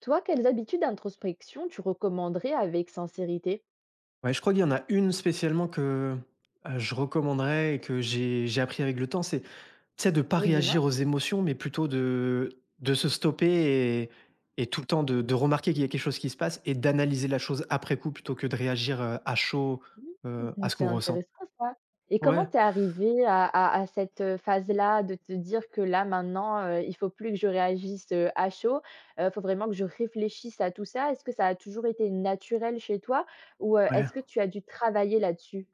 Toi, quelles habitudes d'introspection tu recommanderais avec sincérité? Ouais, je crois qu'il y en a une spécialement que, je recommanderais et que j'ai appris avec le temps, c'est, tu sais, de ne pas Oui, dis-moi. réagir aux émotions, mais plutôt de se stopper et et tout le temps de remarquer qu'il y a quelque chose qui se passe et d'analyser la chose après coup plutôt que de réagir, à chaud, Mmh, à ce c'est qu'on ressent. intéressant ça. Et comment Ouais, t'es es arrivée à cette, phase-là de te dire que là maintenant, il faut plus que je réagisse, à chaud, il faut vraiment que je réfléchisse à tout ça? Est-ce que ça a toujours été naturel chez toi ou, ouais. est-ce que tu as dû travailler là-dessus?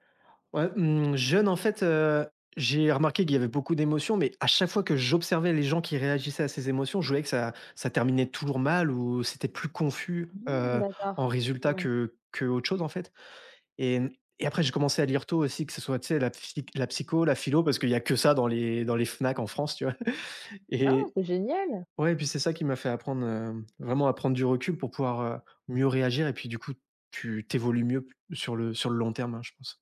Ouais, mmh, jeune, en fait, j'ai remarqué qu'il y avait beaucoup d'émotions, mais à chaque fois que j'observais les gens qui réagissaient à ces émotions, je voyais que ça terminait toujours mal ou c'était plus confus, Mmh, d'accord. en résultat Mmh. que autre chose, en fait et mmh et après j'ai commencé à lire tôt aussi, que ce soit, tu sais, la phy la psycho, la philo, parce qu'il y a que ça dans les Fnac en France, tu vois? Ah, Et c'est génial! ouais, et puis c'est ça qui m'a fait apprendre, vraiment à prendre du recul pour pouvoir, mieux réagir et puis du coup, tu t'évolues mieux sur le long terme, hein, je pense.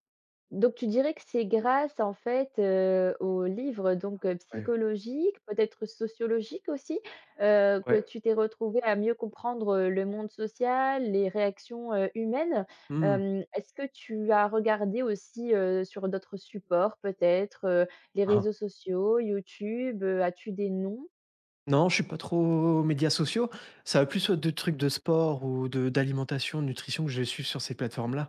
Donc tu dirais que c'est grâce en fait, aux livres donc Ouais, psychologiques, peut-être sociologiques aussi, que ouais. tu t'es retrouvé à mieux comprendre, le monde social, les réactions, humaines. Mmh. Hem, est-ce que tu as regardé aussi, sur d'autres supports peut-être, les réseaux sociaux, YouTube, as-tu des noms? Non, je suis pas trop médias sociaux. Ça va plus être de trucs de sport ou de d'alimentation, de nutrition que je vais suivre sur ces plateformes-là.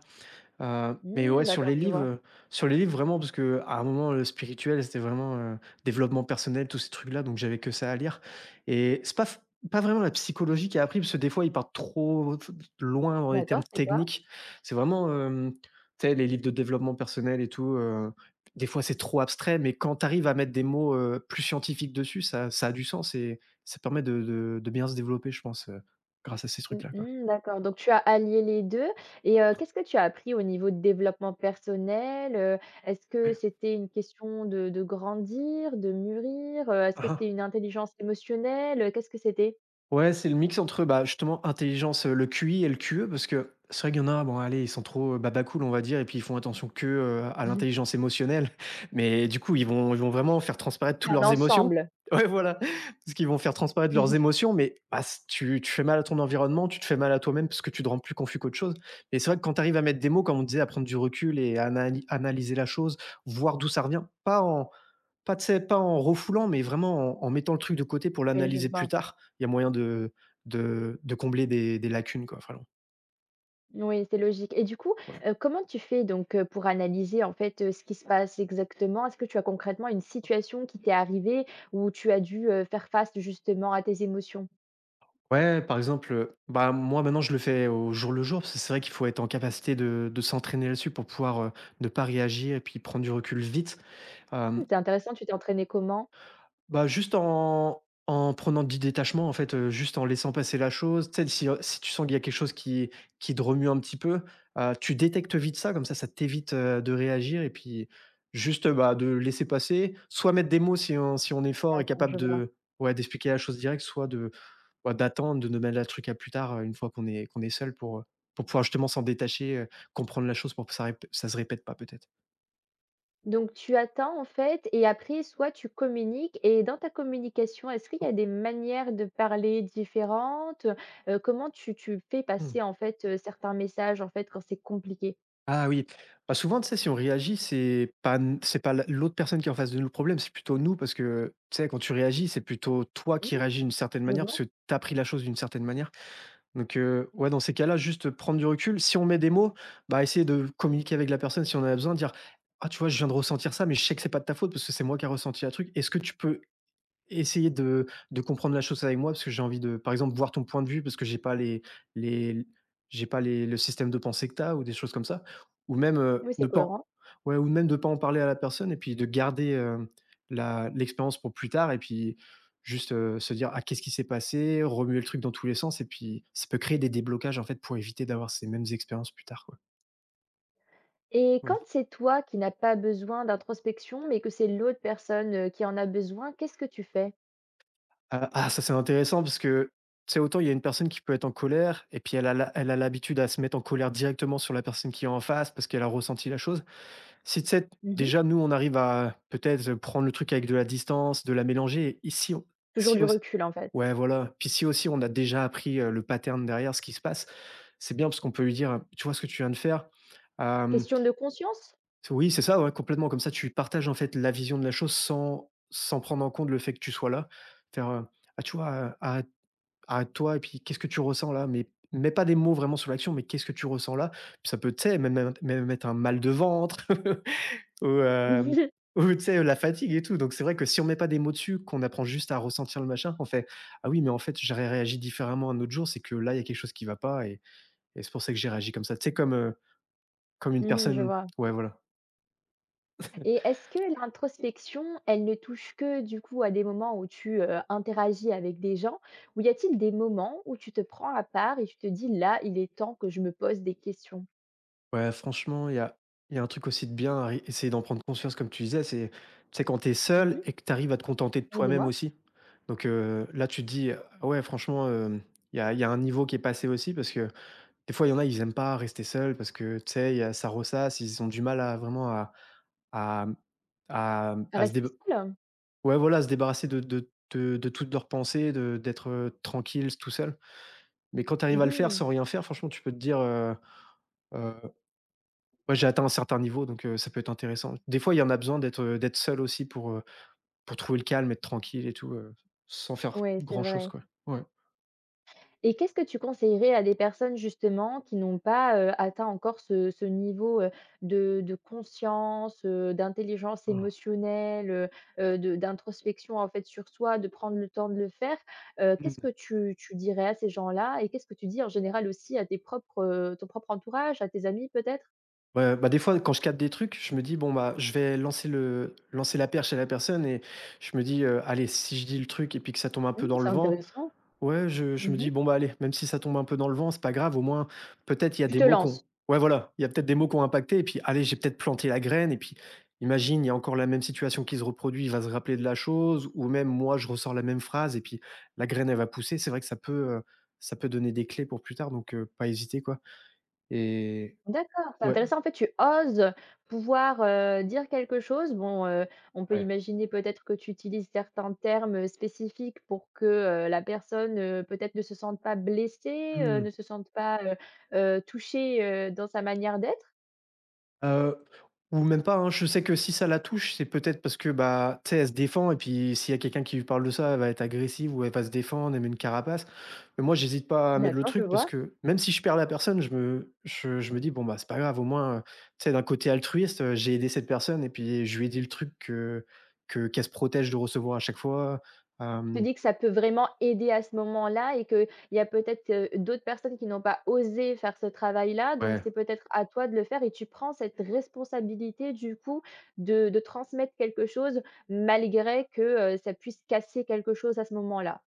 Mais Mmh, ouais, d'accord, je vois. Sur les livres vraiment parce que à un moment, le spirituel, c'était vraiment, développement personnel, tous ces trucs-là, donc j'avais que ça à lire et c'est pas f pas vraiment la psychologie qui a appris parce que des fois, ils partent trop f loin dans les D'accord, termes c'est quoi? techniques. C'est vraiment, tu sais, les livres de développement personnel et tout, des fois, c'est trop abstrait, mais quand tu arrives à mettre des mots, plus scientifiques dessus, ça a du sens et ça permet de bien se développer, je pense, grâce à ces Mmh trucs-là, quoi. mh, d'accord, donc tu as allié les 2. Et qu'est-ce que tu as appris au niveau de développement personnel? Est-ce que Ouais. c'était une question de grandir, de mûrir? Est-ce que Mmh. c'était une intelligence émotionnelle? Qu'est-ce que c'était? Ouais, c'est le mix entre, bah, justement, intelligence, le QI et le QE parce que c'est vrai qu'il y en a, bon, allez, ils sont trop, babacool, on va dire et puis ils font attention que, à l'intelligence émotionnelle. Mais du coup, ils vont vraiment faire transparaître C'est toutes un leurs émotions. ensemble. Ouais, voilà, parce qu'ils vont faire transparaître leurs émotions, mais bah, s tu fais mal à ton environnement, tu te fais mal à toi-même parce que tu te rends plus confus qu'autre chose. Et c'est vrai que quand tu arrives à mettre des mots, comme on disait, à prendre du recul et à anali analyser la chose, voir d'où ça revient, pas tu sais, pas en refoulant, mais vraiment en en mettant le truc de côté pour Oui, je l'analyser plus vois. tard. Il y a moyen de combler des lacunes, quoi, vraiment, Oui, c'est logique et du coup, ouais. Comment tu fais donc, pour analyser, en fait, ce qui se passe exactement? Est-ce que tu as concrètement une situation qui t'est arrivée où tu as dû, faire face justement à tes émotions? Ouais, par exemple, bah, moi, maintenant, je le fais au jour le jour, parce que c'est vrai qu'il faut être en capacité de s'entraîner là-dessus pour pouvoir, ne pas réagir et puis prendre du recul vite. Mmh, Hem c'est intéressant, tu t'es entraînée comment? Bah, juste en en prenant du détachement, en fait, juste en laissant passer la chose. Tu sais, si, si tu sens qu'il y a quelque chose qui te remue un petit peu, tu détectes vite ça, comme ça t'évite, de réagir et puis juste, bah, de laisser passer. Soit mettre des mots si on si on est fort et Attends, capable je vois. de ouais, d'expliquer la chose directe soit de, bah, d'attendre, de ne mettre le truc à plus tard, une fois qu'on est seul pour pouvoir justement s'en détacher, comprendre la chose pour que ça se répète pas peut-être. Donc tu attends en fait et après soit tu communiques et dans ta communication, est-ce qu'il y a des manières de parler différentes? Comment tu fais Mmh. passer en fait, certains messages en fait quand c'est compliqué? Ah oui, bah, souvent, tu sais, si on réagit, c'est pas la l'autre personne qui est en face de nous le problème, c'est plutôt nous parce que, tu sais, quand tu réagis, c'est plutôt toi qui Mmh, réagis d'une certaine je manière parce vois. que tu as pris la chose d'une certaine manière. Donc ouais, dans ces cas-là, juste prendre du recul. Si on met des mots, bah, essayer de communiquer avec la personne si on en a besoin, dire: «Ah, tu vois, je viens de ressentir ça, mais je sais que c'est pas de ta faute parce que c'est moi qui a ressenti un truc. Est-ce que tu peux Essayer de comprendre la chose avec moi parce que j'ai envie de, par exemple, voir ton point de vue parce que j'ai pas les les j'ai pas les le système de pensée que tu as ou des choses comme ça. Ou même, Oui, ne c'est pas en cohérent ouais, ou même de pas en parler à la personne et puis de garder, la l'expérience pour plus tard et puis juste, se dire: «Ah, qu'est-ce qui s'est passé?» Remuer le truc dans tous les sens et puis ça peut créer des déblocages, en fait, pour éviter d'avoir ces mêmes expériences plus tard, quoi. et quand c'est toi qui n'as pas besoin d'introspection, mais que c'est l'autre personne, qui en a besoin, qu'est-ce que tu fais? Ah ça c'est intéressant parce que, c'est autant il y a une personne qui peut être en colère et puis elle a l'habitude à se mettre en colère directement sur la personne qui est en face parce qu'elle a ressenti la chose. Si, tu sais, Mmh. déjà nous on arrive à peut-être, prendre le truc avec de la distance, de la mélanger et si on Toujours si du auss recul en fait. ouais voilà, puis si aussi on a déjà appris, le pattern derrière ce qui se passe, c'est bien parce qu'on peut lui dire, «Tu vois ce que tu viens de faire? Hem, Question de conscience? oui c'est ça, ouais complètement», comme ça tu partages en fait la vision de la chose sans prendre en compte le fait que tu sois là. Faire, «Ah tu vois, Arrête-toi et puis qu'est-ce que tu ressens là? Mais mets pas des mots vraiment sur l'action, mais qu'est-ce que tu ressens là? Puis ça peut, tu sais, même être un mal de ventre ou, ou tu sais, la fatigue et tout. Donc c'est vrai que si on met pas des mots dessus, qu'on apprend juste à ressentir le machin, on fait: «Ah oui, mais en fait, j'aurais réagi différemment un autre jour, c'est que là, il y a quelque chose qui va pas et et c'est pour ça que j'ai réagi comme ça». Tu sais, comme, comme une Mmh, je personne vois. ouais, voilà. Et est-ce que l'introspection, elle ne touche que du coup à des moments où tu, interagis avec des gens? Ou y a-t-il des moments où tu te prends à part et tu te dis: «Là, il est temps que je me pose des questions»? Ouais, franchement, il y a un truc aussi de bien à ré essayer d'en prendre conscience comme tu disais, c'est quand tu es seul Mmh. et que tu arrives à te contenter de Oui, toi-même dis-moi. aussi. Donc, là tu te dis: «Ah ouais franchement, hem, il y a un niveau qui est passé aussi» parce que des fois il y en a, ils aiment pas rester seuls parce que, tu sais, il y a ça ressasse, ils ont du mal à vraiment à mmh, à se Reste déba seul? ouais voilà, à se débarrasser de toutes leurs pensées, de d'être, tranquille tout seul. Mais quand tu arrives Mmh à le faire mh. sans rien faire, franchement tu peux te dire, Ouais, j'ai atteint un certain niveau, donc ça peut être intéressant. Des fois, il y en a besoin d'être, d'être seul aussi pour trouver le calme, être tranquille et tout, sans faire Ouais, c'est grand chose, vrai. quoi. Ouais. Et qu'est-ce que tu conseillerais à des personnes justement qui n'ont pas, atteint encore ce niveau, de conscience, d'intelligence émotionnelle, de d'introspection en fait sur soi, de prendre le temps de le faire? Qu'est-ce Mmh. que tu dirais à ces gens-là? Et qu'est-ce que tu dis en général aussi à tes propres, ton propre entourage, à tes amis peut-être? Ouais, bah, des fois, quand je capte des trucs, je me dis: «Bon, bah, je vais lancer la perche à la personne» et je me dis: allez, si je dis le truc et puis que ça tombe un peu Mmh, dans c'est le vent, intéressant. ouais, je me Mmh. dis: "Bon, bah, allez, même si ça tombe un peu dans le vent, c'est pas grave, au moins, peut-être il y a Tu des te mots qu'on" lances. ouais, voilà, il y a peut-être des mots qui ont impacté et puis, allez, j'ai peut-être planté la graine et puis, imagine, il y a encore la même situation qui se reproduit, il va se rappeler de la chose ou même moi, je ressors la même phrase et puis la graine, elle va pousser». C'est vrai que heu, ça peut donner des clés pour plus tard donc pas hésiter, quoi et D'accord, c'est ouais, intéressant. En fait, tu oses pouvoir, dire quelque chose. Bon, on peut Ouais. imaginer peut-être que tu utilises certains termes, spécifiques pour que, la personne, peut-être ne se sente pas blessée, ne Mmh. se sente pas, touchée, dans sa manière d'être. Heu, ou même pas, hein. Je sais que si ça la touche, c'est peut-être parce que, bah, tu sais, elle se défend et puis s'il y a quelqu'un qui lui parle de ça, elle va être agressive ou elle va se défendre, elle met une carapace. Mais moi, j'hésite pas à mettre le D'accord, je truc parce vois. que même si je perds la personne, je me dis: «Bon, bah, c'est pas grave, au moins,» tu sais, d'un côté altruiste, j'ai aidé cette personne et puis je lui ai dit le truc que qu'elle se protège de recevoir à chaque fois. Tu te Hem, dis que ça peut vraiment aider à ce moment-là et qu'il y a peut-être, d'autres personnes qui n'ont pas osé faire ce travail-là, donc ouais. c'est peut-être à toi de le faire et tu prends cette responsabilité du coup de transmettre quelque chose malgré que, ça puisse casser quelque chose à ce moment-là.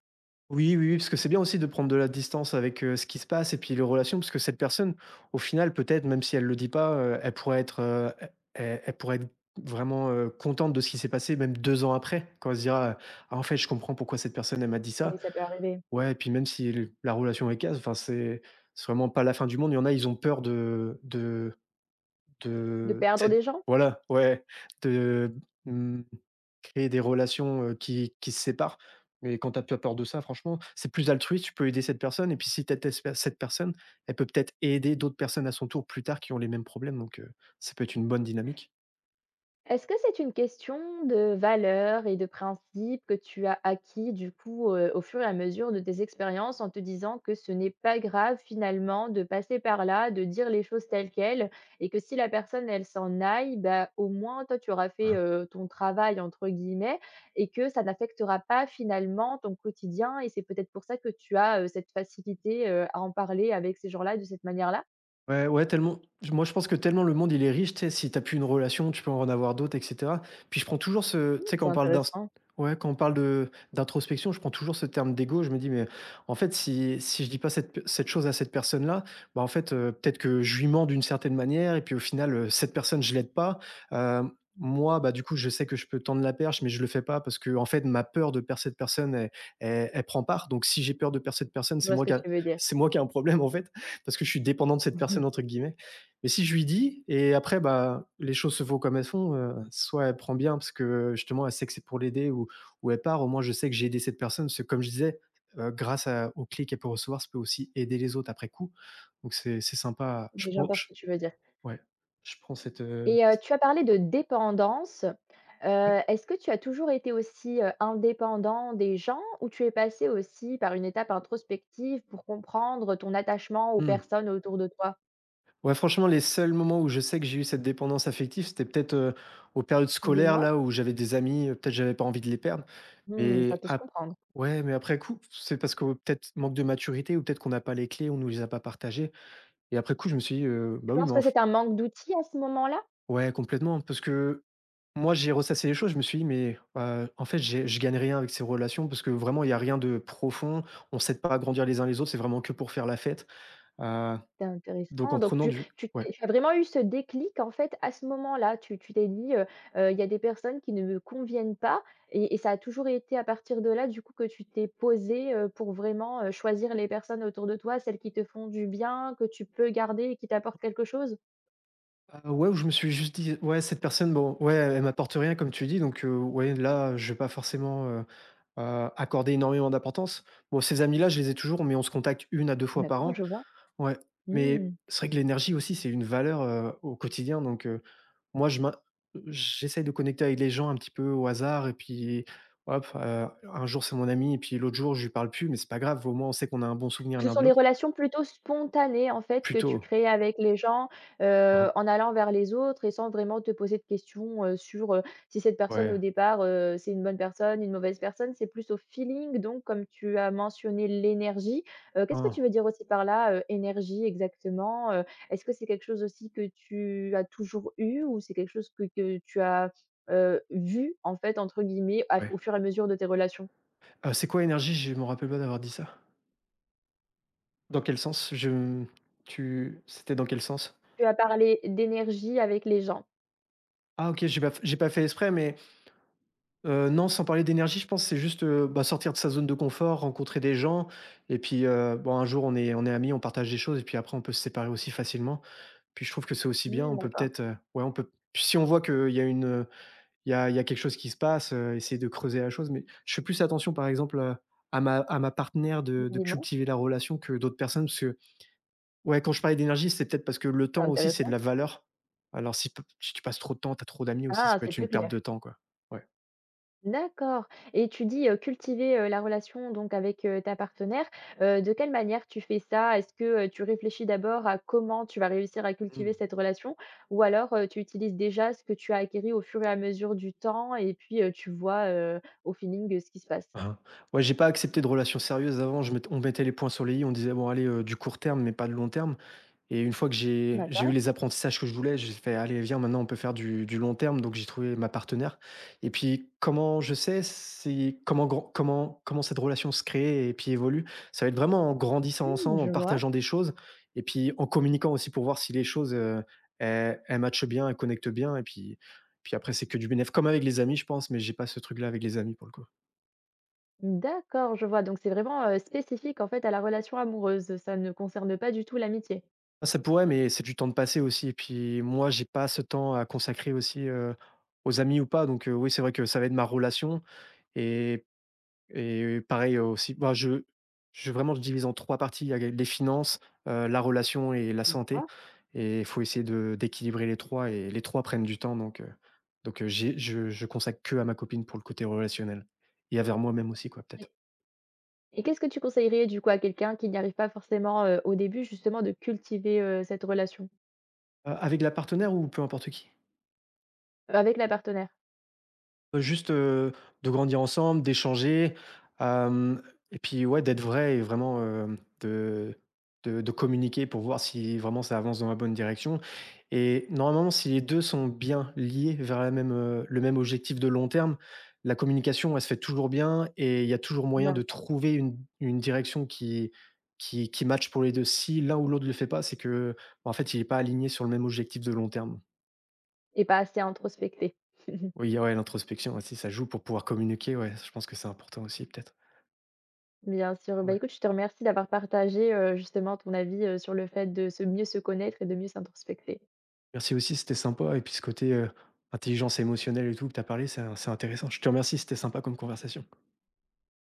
Oui, oui, oui, parce que c'est bien aussi de prendre de la distance avec, ce qui se passe et puis les relations, parce que cette personne, au final, peut-être, même si elle ne le dit pas, elle pourrait être, e elle elle pourrait être vraiment, contente de ce qui s'est passé, même 2 ans après, quand elle se dira, «Ah, en fait, je comprends pourquoi cette personne, elle m'a dit Oui, ça». ça peut arriver. Ouais et puis même si le la relation est casse, enfin, c'est vraiment pas la fin du monde. Il y en a, ils ont peur De de perdre des tu gens? voilà, ouais, de, mmh créer des relations, qui se séparent. Mais quand tu as pas peur de ça, franchement, c'est plus altruiste, tu peux aider cette personne et puis si tu aides cette personne, elle peut peut-être aider d'autres personnes à son tour plus tard qui ont les mêmes problèmes donc ça peut être une bonne dynamique. Est-ce que c'est une question de valeurs et de principes que tu as acquis du coup, au fur et à mesure de tes expériences en te disant que ce n'est pas grave finalement de passer par là, de dire les choses telles quelles et que si la personne elle s'en aille, bah, au moins toi tu auras fait, «ton travail» entre guillemets et que ça n'affectera pas finalement ton quotidien et c'est peut-être pour ça que tu as, cette facilité, à en parler avec ces gens-là de cette manière-là? Ouais, ouais, tellement j moi, je pense que tellement le monde, il est riche, tu sais, si t'as as plus une relation, tu peux en avoir d'autres et cetera. Puis je prends toujours ce tu sais, Mmh, c'est quand on parle d'ins intéressant. ouais, quand on parle de d'introspection, je prends toujours ce terme d'ego. Je me dis: «Mais en fait, si je dis pas cette chose à cette personne-là, bah, en fait, peut-être que je lui mens d'une certaine manière et puis au final, cette personne, je l'aide pas». Hem, moi, bah, du coup, je sais que je peux tendre la perche, mais je le fais pas parce que en fait, ma peur de perdre cette personne, elle prend part. Donc si j'ai peur de perdre cette personne, Je vois ce que tu veux dire. c'est moi qui a un problème, en fait parce que je suis dépendant de cette Mmh. personne entre guillemets. Mais si je lui dis et après bah les choses se font comme elles sont, soit elle prend bien parce que justement elle sait que c'est pour l'aider ou elle part, au moins je sais que j'ai aidé cette personne parce que comme je disais, grâce à aux clés qu'elle peut recevoir, ça peut aussi aider les autres après coup. Donc c'est sympa, je Oui, prends j'entends ce je que tu veux dire. ouais, je prends cette, Et tu as parlé de dépendance. Ouais. Est-ce que tu as toujours été aussi, indépendant des gens ou tu es passé aussi par une étape introspective pour comprendre ton attachement aux Mmh. personnes autour de toi? Ouais, franchement, les seuls moments où je sais que j'ai eu cette dépendance affective, c'était peut-être, aux périodes scolaires Dis-moi. là où j'avais des amis, peut-être j'avais pas envie de les perdre. Mmh, ça Mais peut se ap comprendre. ouais, mais après coup, c'est parce que peut-être manque de maturité ou peut-être qu'on n'a pas les clés, on nous les a pas partagées et après coup, je me suis dit, «Bah, Je oui, pense mais que en f» c'est un manque d'outils à ce moment-là? ouais, complètement, parce que moi, j'ai ressassé les choses, je me suis dit: «Mais, en fait, j'ai je gagne rien avec ces relations parce que vraiment, il y a rien de profond, on s'aide pas à grandir les uns les autres, c'est vraiment que pour faire la fête», heu, C'est donc intéressant. en Donc prenant tu du tu ouais. t'es tu as vraiment eu ce déclic, en fait, à ce moment-là. Tu t'es dit, «Il y a des personnes qui ne me conviennent pas» et ça a toujours été à partir de là, du coup, que tu t'es posé pour vraiment, choisir les personnes autour de toi, celles qui te font du bien, que tu peux garder et qui t'apportent quelque chose? Ah ouais, où je me suis juste dit: «Ouais, cette personne, bon, ouais, elle m'apporte rien», comme tu dis, donc ouais, là, je vais pas forcément, accorder énormément d'importance. Bon, ces amis-là, je les ai toujours, mais on se contacte une à 2 fois par D'accord, je an. vois. Ouais, mais Mmh. c'est vrai que l'énergie aussi, c'est une valeur, au quotidien, donc moi, je m'in j'essaye de connecter avec les gens un petit peu au hasard et puis hop, un jour, c'est mon ami et puis l'autre jour, je lui parle plus, mais c'est pas grave, au moins, on sait qu'on a un bon souvenir Ce l'un de sont des l'autre. relations plutôt spontanées, en fait, que tu Plutôt. crées avec les gens, Mmh. en allant vers les autres et sans vraiment te poser de questions, sur, si cette personne au Ouais. départ, c'est une bonne personne, une mauvaise personne. C'est plus au feeling donc comme tu as mentionné l'énergie, qu'est-ce que Hein, tu veux dire aussi par là, énergie exactement? Est-ce que c'est quelque chose aussi que tu as toujours eu ou c'est quelque chose que tu as, «vu» en fait, entre guillemets, à ouais. au fur et à mesure de tes relations? C'est quoi énergie? Je me rappelle pas d'avoir dit ça. Dans quel sens? Je tu c'était dans quel sens? Tu as parlé d'énergie avec les gens. Ah OK, j'ai pas fait exprès, mais non, sans parler d'énergie, je pense, que c'est juste, bah, sortir de sa zone de confort, rencontrer des gens et puis, bon, un jour, on est amis, on partage des choses et puis après, on peut se séparer aussi facilement. Puis je trouve que c'est aussi bien, Mmh, on peut d'accord. peut-être, ouais, on peut puis si on voit qu'il y a une, il y a quelque chose qui se passe, essayer de creuser la chose, mais je fais plus attention, par exemple, à ma partenaire de Dis-moi, cultiver la relation que d'autres personnes, parce que ouais, quand je parlais d'énergie, c'est peut-être parce que le c'est temps aussi, c'est de intéressant. la valeur. Alors si tu passes trop de temps, tu as trop d'amis aussi, ça Ah, peut c'est être plus une perte clair. de temps, quoi. Ouais. D'accord et tu dis, cultiver, la relation donc avec, ta partenaire, de quelle manière tu fais ça? Est-ce que, tu réfléchis d'abord à comment tu vas réussir à cultiver Mmh. cette relation? Ou alors, tu utilises déjà ce que tu as acquis au fur et à mesure du temps et puis, tu vois, au feeling, ce qui se passe? Hein hein. Ouais, j'ai pas accepté de relations sérieuses avant, je mett on mettait les points sur les i, on disait: «Bon allez, du court terme, mais pas de long terme». Et une fois que j'ai eu D'accord. les apprentissages que je voulais, j'ai fait: «Allez, viens, maintenant, on peut faire du long terme», donc j'ai trouvé ma partenaire. Et puis, comment je sais, c'est comment grand comment comment cette relation se crée et puis évolue, ça va être vraiment en grandissant Mmh, ensemble, je en vois. partageant des choses et puis en communiquant aussi pour voir si les choses, elles matchent bien, elles connectent bien et puis après c'est que du bénéf. Comme avec les amis, je pense, mais j'ai pas ce truc-là avec les amis, pour le coup. D'accord, je vois donc c'est vraiment, spécifique en fait à la relation amoureuse, ça ne concerne pas du tout l'amitié? Ah, ça pourrait, mais c'est du temps de passer aussi et puis moi, j'ai pas ce temps à consacrer aussi, aux amis ou pas donc oui, c'est vrai que ça va être ma relation et pareil aussi, bah, je vraiment, je divise en 3 parties. Il y a les finances, la relation et la santé D'accord. et il faut essayer de d'équilibrer les 3. Et les 3 prennent du temps donc, j'ai je consacre que à ma copine pour le côté relationnel et à vers moi-même aussi quoi, peut-être. Et qu'est-ce que tu conseillerais du coup à quelqu'un qui n'y arrive pas forcément, au début justement de cultiver, cette relation? Avec la partenaire ou peu importe qui? Avec la partenaire Juste, de grandir ensemble, d'échanger, hem et puis ouais, d'être vrai et vraiment, de communiquer pour voir si vraiment ça avance dans la bonne direction et normalement, si les 2 sont bien liés vers la même, le même objectif de long terme, la communication, elle se fait toujours bien et il y a toujours moyen de d'accord. trouver une direction qui match pour les 2. Si l'un ou l'autre ne le fait pas, c'est que, bah, en fait, il est pas aligné sur le même objectif de long terme. Et pas assez introspectée. Oui, ouais, l'introspection aussi, ça joue pour pouvoir communiquer, ouais, je pense que c'est important aussi peut-être. Bien sûr. Bah, Ouais. écoute, je te remercie d'avoir partagé, justement ton avis, sur le fait de se mieux se connaître et de mieux s'introspecter. Merci aussi, c'était sympa et puis ce côté, intelligence émotionnelle et tout que tu as parlé, c'est intéressant. Je te remercie, c'était sympa comme conversation.